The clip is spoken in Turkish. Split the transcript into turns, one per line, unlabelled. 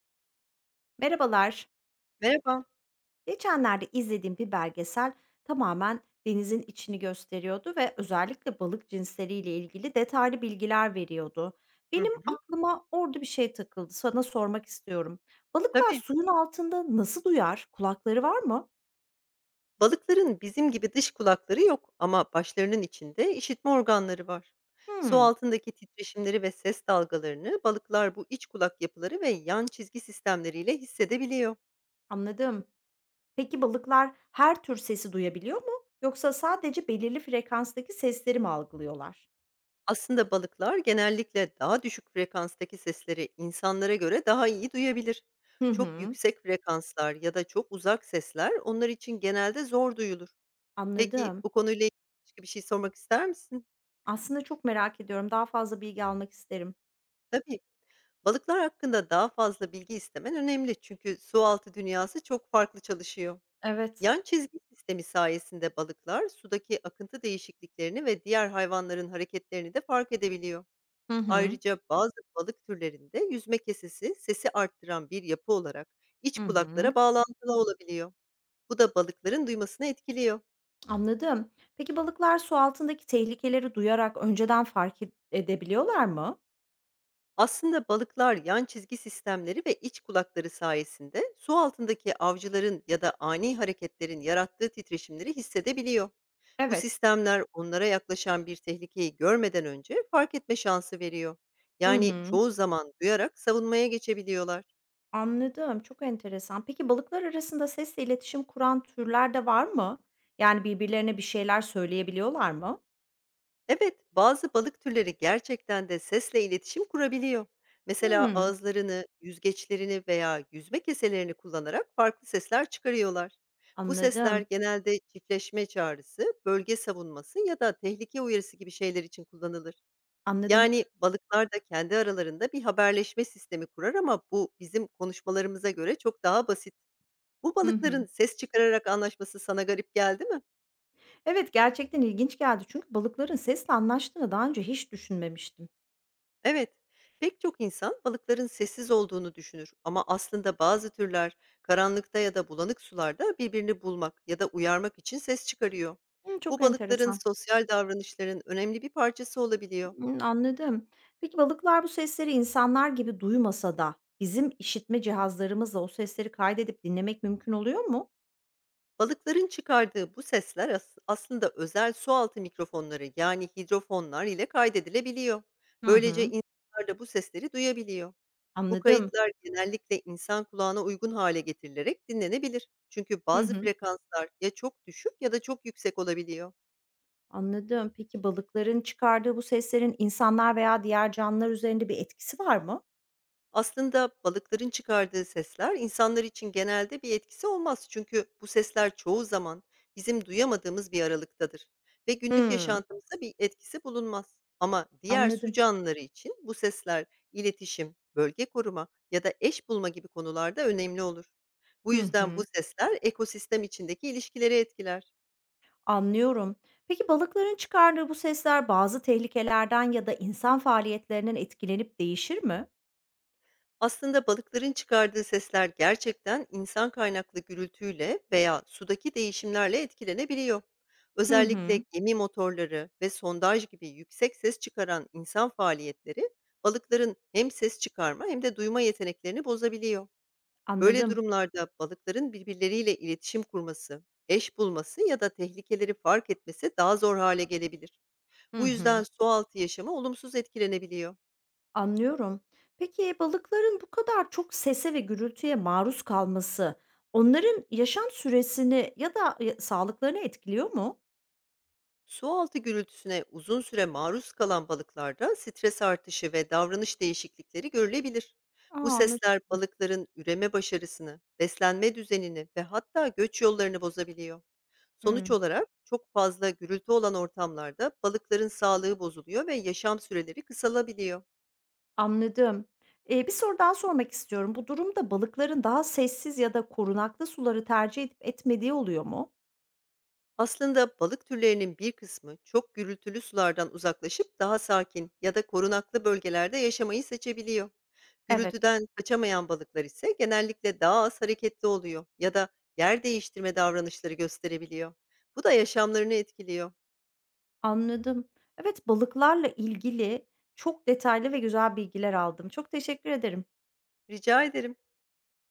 Merhabalar.
Merhaba.
Geçenlerde izlediğim bir belgesel tamamen denizin içini gösteriyordu ve özellikle balık cinsleriyle ilgili detaylı bilgiler veriyordu.
Hı
Benim
hı.
aklıma orada bir şey takıldı. Sana sormak istiyorum. Balıklar
Tabii.
suyun altında nasıl duyar? Kulakları var mı?
Balıkların bizim gibi dış kulakları yok ama başlarının içinde işitme organları var. Su
Hmm,
altındaki titreşimleri ve ses dalgalarını balıklar bu iç kulak yapıları ve yan çizgi sistemleriyle hissedebiliyor.
Anladım. Peki balıklar her tür sesi duyabiliyor mu? Yoksa sadece belirli frekanstaki sesleri mi algılıyorlar?
Aslında balıklar genellikle daha düşük frekanstaki sesleri insanlara göre daha iyi duyabilir.
Hı
Çok
hı,
yüksek frekanslar ya da çok uzak sesler onlar için genelde zor duyulur. Peki
anladım.
bu konuyla ilgili başka bir şey sormak ister misin?
Aslında çok merak ediyorum. Daha fazla bilgi almak isterim.
Tabii. Balıklar hakkında daha fazla bilgi istemen önemli çünkü su altı dünyası çok farklı çalışıyor.
Evet.
Yan çizgi sistemi sayesinde balıklar sudaki akıntı değişikliklerini ve diğer hayvanların hareketlerini de fark edebiliyor.
Hı hı.
Ayrıca bazı balık türlerinde yüzme kesesi sesi arttıran bir yapı olarak iç
Hı hı.
kulaklara bağlantılı olabiliyor. Bu da balıkların duymasını etkiliyor.
Anladım. Peki balıklar su altındaki tehlikeleri duyarak önceden fark ed edebiliyorlar mı?
Aslında balıklar yan çizgi sistemleri ve iç kulakları sayesinde su altındaki avcıların ya da ani hareketlerin yarattığı titreşimleri hissedebiliyor. Bu
Evet.
sistemler onlara yaklaşan bir tehlikeyi görmeden önce fark etme şansı veriyor.
Hı
Yani
hı.
çoğu zaman duyarak savunmaya geçebiliyorlar.
Anladım. Çok enteresan. Peki balıklar arasında sesle iletişim kuran türler de var mı? Yani birbirlerine bir şeyler söyleyebiliyorlar mı?
Evet, bazı balık türleri gerçekten de sesle iletişim kurabiliyor. Mesela
Hmm.
ağızlarını, yüzgeçlerini veya yüzme keselerini kullanarak farklı sesler çıkarıyorlar. Bu sesler
Anladım.
genelde çiftleşme çağrısı, bölge savunması ya da tehlike uyarısı gibi şeyler için kullanılır.
Anladım.
Yani balıklar da kendi aralarında bir haberleşme sistemi kurar ama bu bizim konuşmalarımıza göre çok daha basit. Bu
Hı hı.
balıkların ses çıkararak anlaşması sana garip geldi mi?
Evet, gerçekten ilginç geldi çünkü balıkların sesle anlaştığını daha önce hiç düşünmemiştim.
Evet, pek çok insan balıkların sessiz olduğunu düşünür ama aslında bazı türler karanlıkta ya da bulanık sularda birbirini bulmak ya da uyarmak için ses çıkarıyor.
Hı,
Bu
çok
balıkların
enteresan.
sosyal davranışların önemli bir parçası olabiliyor.
Hımm, anladım. Peki balıklar bu sesleri insanlar gibi duymasa da bizim işitme cihazlarımızla o sesleri kaydedip dinlemek mümkün oluyor mu?
Balıkların çıkardığı bu sesler aslında özel sualtı mikrofonları yani hidrofonlar ile kaydedilebiliyor.
Hı
Böylece
hı.
insanlar da bu sesleri duyabiliyor. Bu
Anladım.
kayıtlar genellikle insan kulağına uygun hale getirilerek dinlenebilir. Çünkü
Hı
bazı
hı.
frekanslar ya çok düşük ya da çok yüksek olabiliyor.
Anladım. Peki balıkların çıkardığı bu seslerin insanlar veya diğer canlılar üzerinde bir etkisi var mı?
Aslında balıkların çıkardığı sesler insanlar için genelde bir etkisi olmaz. Çünkü bu sesler çoğu zaman bizim duyamadığımız bir aralıktadır ve günlük
Hımm.
yaşantımızda bir etkisi bulunmaz. Ama diğer su
Anladım.
canlıları için bu sesler iletişim, bölge koruma ya da eş bulma gibi konularda önemli olur. Bu
Hı
yüzden bu
hı.
sesler ekosistem içindeki ilişkileri etkiler.
Anlıyorum. Peki balıkların çıkardığı bu sesler bazı tehlikelerden ya da insan faaliyetlerinden etkilenip değişir mi?
Aslında balıkların çıkardığı sesler gerçekten insan kaynaklı gürültüyle veya sudaki değişimlerle etkilenebiliyor.
Hı
Özellikle
hı.
gemi motorları ve sondaj gibi yüksek ses çıkaran insan faaliyetleri balıkların hem ses çıkarma hem de duyma yeteneklerini bozabiliyor. Böyle
Anladım.
durumlarda balıkların birbirleriyle iletişim kurması, eş bulması ya da tehlikeleri fark etmesi daha zor hale gelebilir.
Hı
Bu yüzden
hı.
sualtı yaşamı olumsuz etkilenebiliyor.
Anlıyorum. Peki balıkların bu kadar çok sese ve gürültüye maruz kalması onların yaşam süresini ya da sağlıklarını etkiliyor mu?
Su altı gürültüsüne uzun süre maruz kalan balıklarda stres artışı ve davranış değişiklikleri görülebilir.
A,
Bu
anla
sesler balıkların üreme başarısını, beslenme düzenini ve hatta göç yollarını bozabiliyor.
Hıı,
Sonuç olarak çok fazla gürültü olan ortamlarda balıkların sağlığı bozuluyor ve yaşam süreleri kısalabiliyor.
anladım. Bir soru daha sormak istiyorum. Bu durumda balıkların daha sessiz ya da korunaklı suları tercih edip etmediği oluyor mu?
Aslında balık türlerinin bir kısmı çok gürültülü sulardan uzaklaşıp daha sakin ya da korunaklı bölgelerde yaşamayı seçebiliyor.
Evet.
Gürültüden kaçamayan balıklar ise genellikle daha az hareketli oluyor ya da yer değiştirme davranışları gösterebiliyor. Bu da yaşamlarını etkiliyor.
Anladım. Evet, balıklarla ilgili çok detaylı ve güzel bilgiler aldım. Çok teşekkür ederim.
Rica ederim.